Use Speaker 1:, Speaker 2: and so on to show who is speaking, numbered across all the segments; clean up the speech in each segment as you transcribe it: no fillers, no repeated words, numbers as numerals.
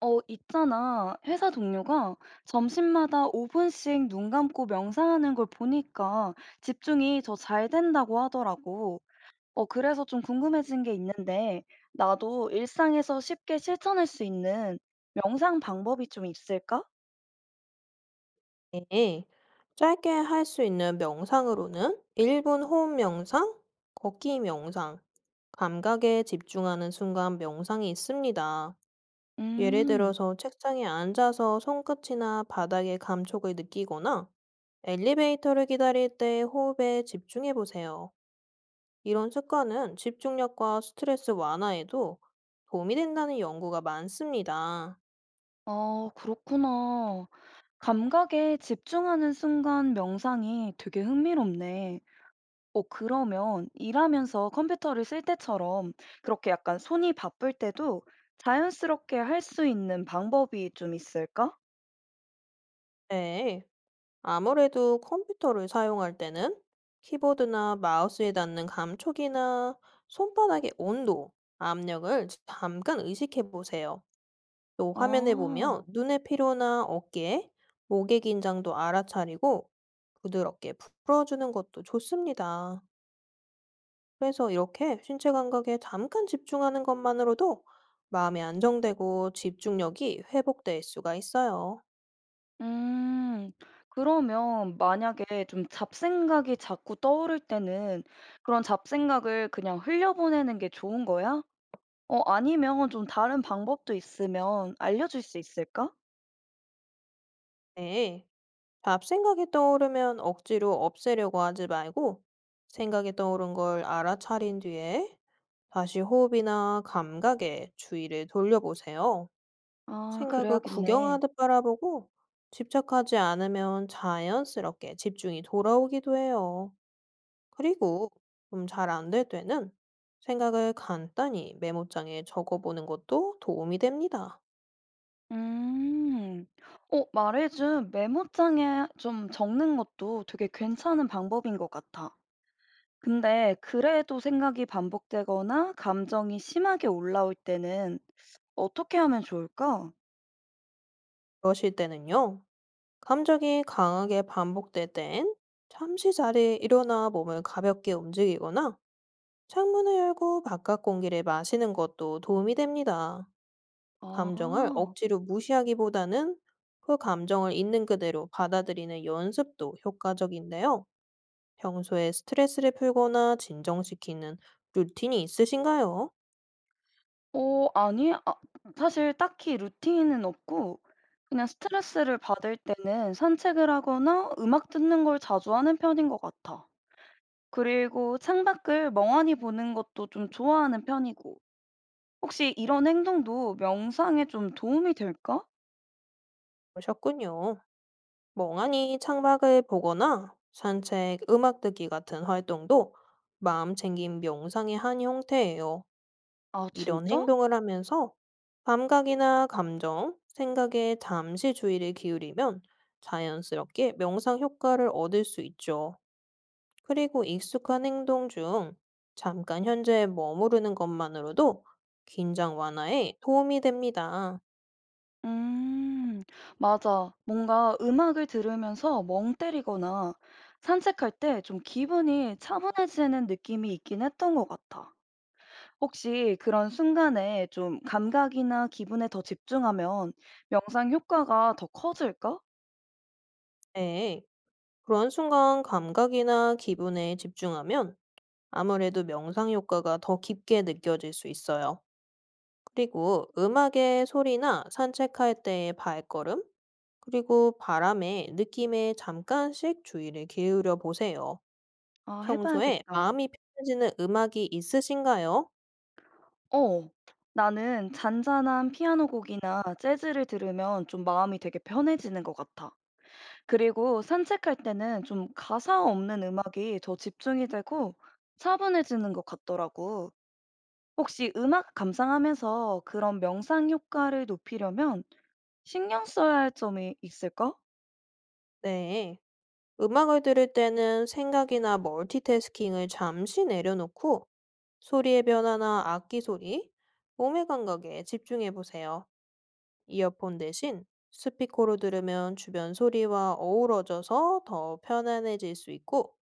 Speaker 1: 있잖아. 회사 동료가 점심마다 5분씩 눈 감고 명상하는 걸 보니까 집중이 더 잘 된다고 하더라고. 그래서 좀 궁금해진 게 있는데, 나도 일상에서 쉽게 실천할 수 있는 명상 방법이 좀 있을까?
Speaker 2: 네, 짧게 할 수 있는 명상으로는 1분 호흡 명상, 걷기 명상, 감각에 집중하는 순간 명상이 있습니다. 예를
Speaker 1: 음,
Speaker 2: 들어서 책상에 앉아서 손끝이나 바닥의 감촉을 느끼거나 엘리베이터를 기다릴 때 호흡에 집중해 보세요. 이런 습관은 집중력과 스트레스 완화에도 도움이 된다는 연구가 많습니다.
Speaker 1: 아, 그렇구나. 감각에 집중하는 순간 명상이 되게 흥미롭네. 그러면 일하면서 컴퓨터를 쓸 때처럼 그렇게 약간 손이 바쁠 때도 자연스럽게 할 수 있는 방법이 좀 있을까?
Speaker 2: 네. 아무래도 컴퓨터를 사용할 때는 키보드나 마우스에 닿는 감촉이나 손바닥의 온도, 압력을 잠깐 의식해 보세요. 또 화면에 보면
Speaker 1: 아,
Speaker 2: 눈의 피로나 어깨, 목의 긴장도 알아차리고 부드럽게 풀어주는 것도 좋습니다. 그래서 이렇게 신체 감각에 잠깐 집중하는 것만으로도 마음이 안정되고 집중력이 회복될 수가 있어요.
Speaker 1: 음, 그러면 만약에 좀 잡생각이 자꾸 떠오를 때는 그런 잡생각을 그냥 흘려보내는 게 좋은 거야? 아니면 좀 다른 방법도 있으면 알려줄 수 있을까?
Speaker 2: 네. 잡생각이 떠오르면 억지로 없애려고 하지 말고 생각이 떠오른 걸 알아차린 뒤에 다시 호흡이나 감각에 주의를 돌려보세요.
Speaker 1: 아,
Speaker 2: 생각을
Speaker 1: 그래야겠네.
Speaker 2: 구경하듯 바라보고 집착하지 않으면 자연스럽게 집중이 돌아오기도 해요. 그리고 좀 잘 안 될 때는 생각을 간단히 메모장에 적어보는 것도 도움이 됩니다.
Speaker 1: 음. 어 말해준 메모장에 좀 적는 것도 되게 괜찮은 방법인 것 같아. 근데 그래도 생각이 반복되거나 감정이 심하게 올라올 때는 어떻게 하면 좋을까?
Speaker 2: 그러실 때는요. 감정이 강하게 반복될 땐 잠시 자리에 일어나 몸을 가볍게 움직이거나 창문을 열고 바깥 공기를 마시는 것도 도움이 됩니다. 감정을
Speaker 1: 아.
Speaker 2: 억지로 무시하기보다는 그 감정을 있는 그대로 받아들이는 연습도 효과적인데요. 평소에 스트레스를 풀거나 진정시키는 루틴이 있으신가요?
Speaker 1: 어 아니 아 사실 딱히 루틴은 없고 그냥 스트레스를 받을 때는 산책을 하거나 음악 듣는 걸 자주 하는 편인 것 같아. 그리고 창밖을 멍하니 보는 것도 좀 좋아하는 편이고. 혹시 이런 행동도 명상에 좀 도움이 될까?
Speaker 2: 그러셨군요. 멍하니 창밖을 보거나 산책, 음악 듣기 같은 활동도 마음 챙김 명상의 한 형태예요.
Speaker 1: 아
Speaker 2: 이런
Speaker 1: 진짜?
Speaker 2: 행동을 하면서 감각이나 감정, 생각에 잠시 주의를 기울이면 자연스럽게 명상 효과를 얻을 수 있죠. 그리고 익숙한 행동 중 잠깐 현재에 머무르는 것만으로도 긴장 완화에 도움이 됩니다.
Speaker 1: 음. 맞아. 뭔가 음악을 들으면서 멍 때리거나 산책할 때 좀 기분이 차분해지는 느낌이 있긴 했던 것 같아. 혹시 그런 순간에 좀 감각이나 기분에 더 집중하면 명상 효과가 더 커질까?
Speaker 2: 네, 그런 순간 감각이나 기분에 집중하면 아무래도 명상 효과가 더 깊게 느껴질 수 있어요. 그리고 음악의 소리나 산책할 때의 발걸음, 그리고 바람의 느낌에 잠깐씩 주의를 기울여 보세요.
Speaker 1: 아 해
Speaker 2: 평소에
Speaker 1: 봐야겠다.
Speaker 2: 마음이 편해지는 음악이 있으신가요?
Speaker 1: 어. 나는 잔잔한 피아노 곡이나 재즈를 들으면 좀 마음이 되게 편해지는 것 같아. 그리고 산책할 때는 좀 가사 없는 음악이 더 집중이 되고 차분해지는 것 같더라고. 혹시 음악 감상하면서 그런 명상 효과를 높이려면 신경 써야 할 점이 있을까?
Speaker 2: 네. 음악을 들을 때는 생각이나 멀티태스킹을 잠시 내려놓고 소리의 변화나 악기 소리, 몸의 감각에 집중해 보세요. 이어폰 대신 스피커로 들으면 주변 소리와 어우러져서 더 편안해질 수 있고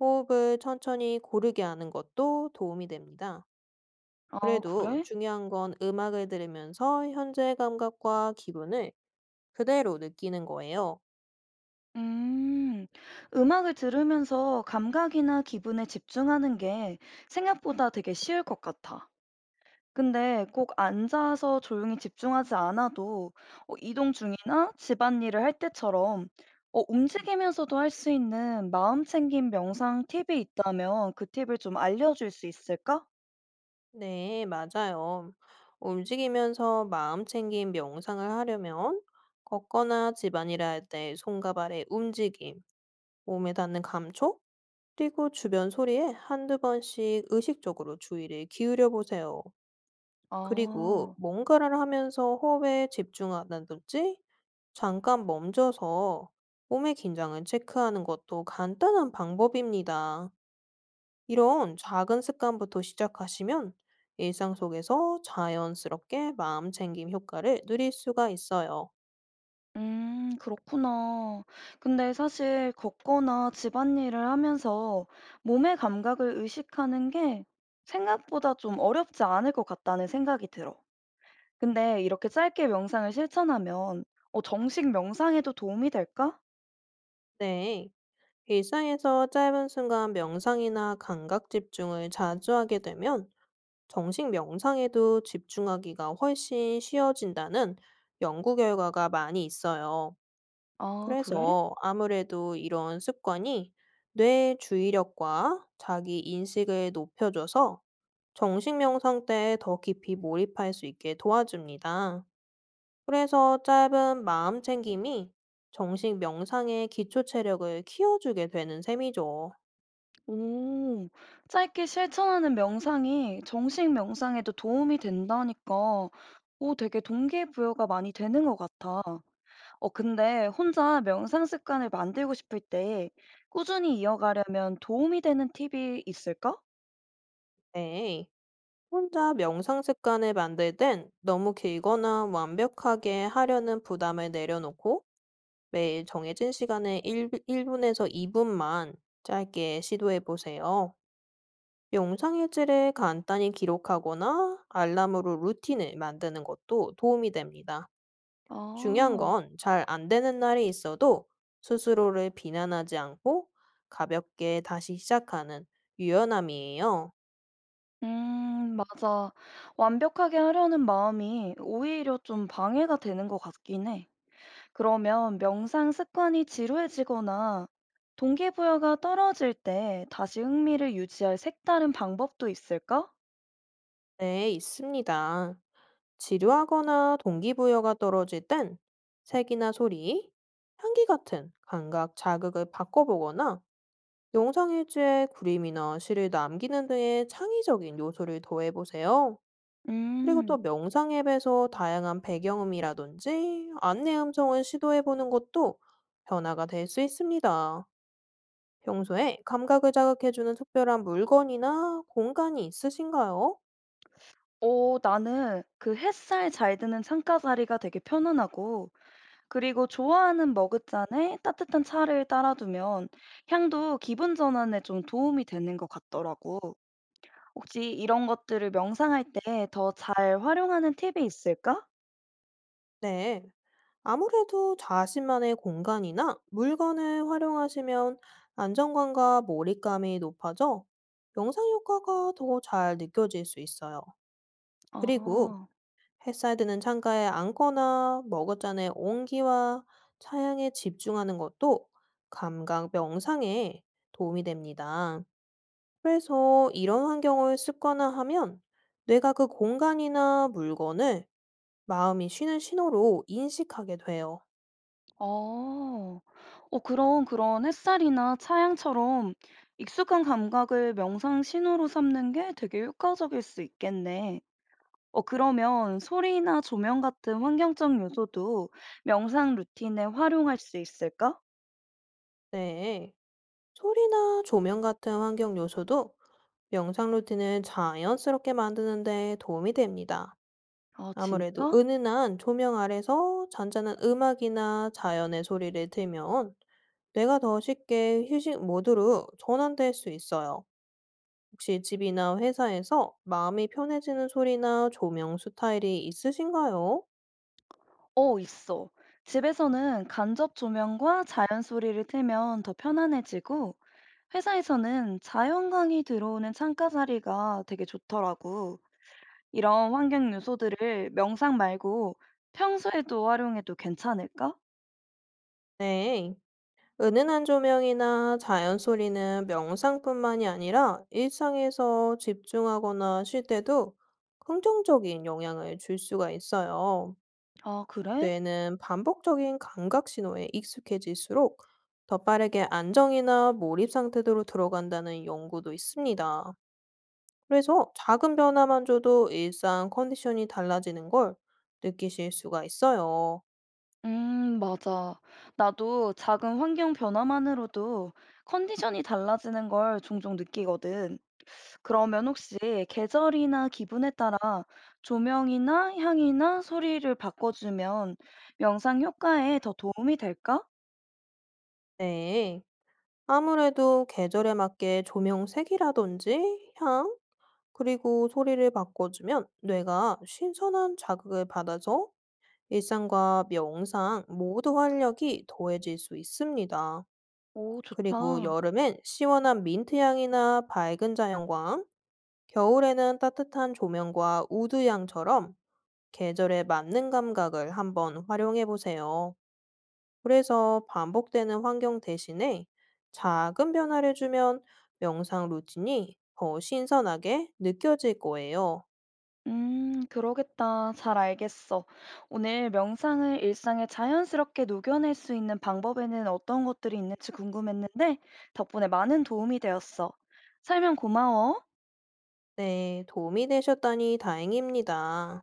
Speaker 2: 호흡을 천천히 고르게 하는 것도 도움이 됩니다.
Speaker 1: 아,
Speaker 2: 그래도
Speaker 1: 그래?
Speaker 2: 중요한 건 음악을 들으면서 현재 감각과 기분을 그대로 느끼는 거예요.
Speaker 1: 음, 음악을 들으면서 감각이나 기분에 집중하는 게 생각보다 되게 쉬울 것 같아. 근데 꼭 앉아서 조용히 집중하지 않아도 이동 중이나 집안일을 할 때처럼 움직이면서도 할 수 있는 마음 챙김 명상 팁이 있다면 그 팁을 좀 알려줄 수 있을까?
Speaker 2: 네, 맞아요. 움직이면서 마음 챙김 명상을 하려면 걷거나 집안일을 할 때 손과 발의 움직임, 몸에 닿는 감촉, 그리고 주변 소리에 한두 번씩 의식적으로 주의를 기울여 보세요. 그리고
Speaker 1: 아,
Speaker 2: 뭔가를 하면서 호흡에 집중하다든지 잠깐 멈춰서 몸의 긴장을 체크하는 것도 간단한 방법입니다. 이런 작은 습관부터 시작하시면 일상 속에서 자연스럽게 마음 챙김 효과를 누릴 수가 있어요.
Speaker 1: 그렇구나. 근데 사실 걷거나 집안일을 하면서 몸의 감각을 의식하는 게 생각보다 좀 어렵지 않을 것 같다는 생각이 들어. 근데 이렇게 짧게 명상을 실천하면 어 정식 명상에도 도움이 될까?
Speaker 2: 네. 일상에서 짧은 순간 명상이나 감각 집중을 자주 하게 되면 정식 명상에도 집중하기가 훨씬 쉬워진다는 연구 결과가 많이 있어요.
Speaker 1: 아, 그래?
Speaker 2: 그래서 아무래도 이런 습관이 뇌의 주의력과 자기 인식을 높여줘서 정식 명상 때 더 깊이 몰입할 수 있게 도와줍니다. 그래서 짧은 마음 챙김이 정식 명상의 기초 체력을 키워주게 되는 셈이죠.
Speaker 1: 오, 짧게 실천하는 명상이 정식 명상에도 도움이 된다니까. 오, 되게 동기부여가 많이 되는 것 같아. 근데 혼자 명상 습관을 만들고 싶을 때 꾸준히 이어가려면 도움이 되는 팁이 있을까?
Speaker 2: 네. 혼자 명상 습관을 만들 땐 너무 길거나 완벽하게 하려는 부담을 내려놓고 매일 정해진 시간에 1분에서 2분만 짧게 시도해 보세요. 명상 일지를 간단히 기록하거나 알람으로 루틴을 만드는 것도 도움이 됩니다. 중요한
Speaker 1: 아,
Speaker 2: 건 잘 안 되는 날이 있어도 스스로를 비난하지 않고 가볍게 다시 시작하는 유연함이에요.
Speaker 1: 맞아. 완벽하게 하려는 마음이 오히려 좀 방해가 되는 것 같긴 해. 그러면 명상 습관이 지루해지거나 동기부여가 떨어질 때 다시 흥미를 유지할 색다른 방법도 있을까?
Speaker 2: 네, 있습니다. 지루하거나 동기부여가 떨어질 땐 색이나 소리, 향기 같은 감각 자극을 바꿔보거나 영상 일지에 그림이나 시를 남기는 등의 창의적인 요소를 더해보세요. 그리고 또
Speaker 1: 음,
Speaker 2: 명상 앱에서 다양한 배경음이라든지 안내 음성을 시도해보는 것도 변화가 될 수 있습니다. 평소에 감각을 자극해주는 특별한 물건이나 공간이 있으신가요?
Speaker 1: 어, 나는 그 햇살 잘 드는 창가 자리가 되게 편안하고, 그리고 좋아하는 머그잔에 따뜻한 차를 따라두면 향도 기분 전환에 좀 도움이 되는 것 같더라고. 혹시 이런 것들을 명상할 때 더 잘 활용하는 팁이 있을까?
Speaker 2: 네. 아무래도 자신만의 공간이나 물건을 활용하시면 안정감과 몰입감이 높아져 영상 효과가 더 잘 느껴질 수 있어요. 그리고
Speaker 1: 아.
Speaker 2: 햇살 드는 창가에 앉거나 머그잔의 온기와 차양에 집중하는 것도 감각 명상에 도움이 됩니다. 그래서 이런 환경을 습관화 하면 뇌가 그 공간이나 물건을 마음이 쉬는 신호로 인식하게 돼요.
Speaker 1: 어. 어 그럼 그런 햇살이나 차양처럼 익숙한 감각을 명상 신호로 삼는 게 되게 효과적일 수 있겠네. 어 그러면 소리나 조명 같은 환경적 요소도 명상 루틴에 활용할 수 있을까?
Speaker 2: 네. 소리나 조명 같은 환경 요소도 명상 루틴을 자연스럽게 만드는 데 도움이 됩니다.
Speaker 1: 아
Speaker 2: 아무래도
Speaker 1: 진짜?
Speaker 2: 은은한 조명 아래서 잔잔한 음악이나 자연의 소리를 틀면 뇌가 더 쉽게 휴식 모드로 전환될 수 있어요. 혹시 집이나 회사에서 마음이 편해지는 소리나 조명 스타일이 있으신가요?
Speaker 1: 어 있어. 집에서는 간접 조명과 자연 소리를 틀면 더 편안해지고 회사에서는 자연광이 들어오는 창가 자리가 되게 좋더라고. 이런 환경 요소들을 명상 말고 평소에도 활용해도 괜찮을까?
Speaker 2: 네. 은은한 조명이나 자연 소리는 명상뿐만이 아니라 일상에서 집중하거나 쉴 때도 긍정적인 영향을 줄 수가 있어요.
Speaker 1: 아, 그래?
Speaker 2: 뇌는 반복적인 감각 신호에 익숙해질수록 더 빠르게 안정이나 몰입 상태로 들어간다는 연구도 있습니다. 그래서 작은 변화만 줘도 일상 컨디션이 달라지는 걸 느끼실 수가 있어요.
Speaker 1: 맞아. 나도 작은 환경 변화만으로도 컨디션이 달라지는 걸 종종 느끼거든. 그러면 혹시 계절이나 기분에 따라 조명이나 향이나 소리를 바꿔주면 명상 효과에 더 도움이 될까?
Speaker 2: 네. 아무래도 계절에 맞게 조명색이라든지 향, 그리고 소리를 바꿔주면 뇌가 신선한 자극을 받아서 일상과 명상 모두 활력이 더해질 수 있습니다.
Speaker 1: 오,
Speaker 2: 그리고
Speaker 1: 좋다.
Speaker 2: 여름엔 시원한 민트향이나 밝은 자연광, 겨울에는 따뜻한 조명과 우드향처럼 계절에 맞는 감각을 한번 활용해 보세요. 그래서 반복되는 환경 대신에 작은 변화를 주면 명상 루틴이 더 신선하게 느껴질 거예요.
Speaker 1: 그러겠다. 잘 알겠어. 오늘 명상을 일상에 자연스럽게 녹여낼 수 있는 방법에는 어떤 것들이 있는지 궁금했는데, 덕분에 많은 도움이 되었어. 설명 고마워.
Speaker 2: 네, 도움이 되셨다니 다행입니다.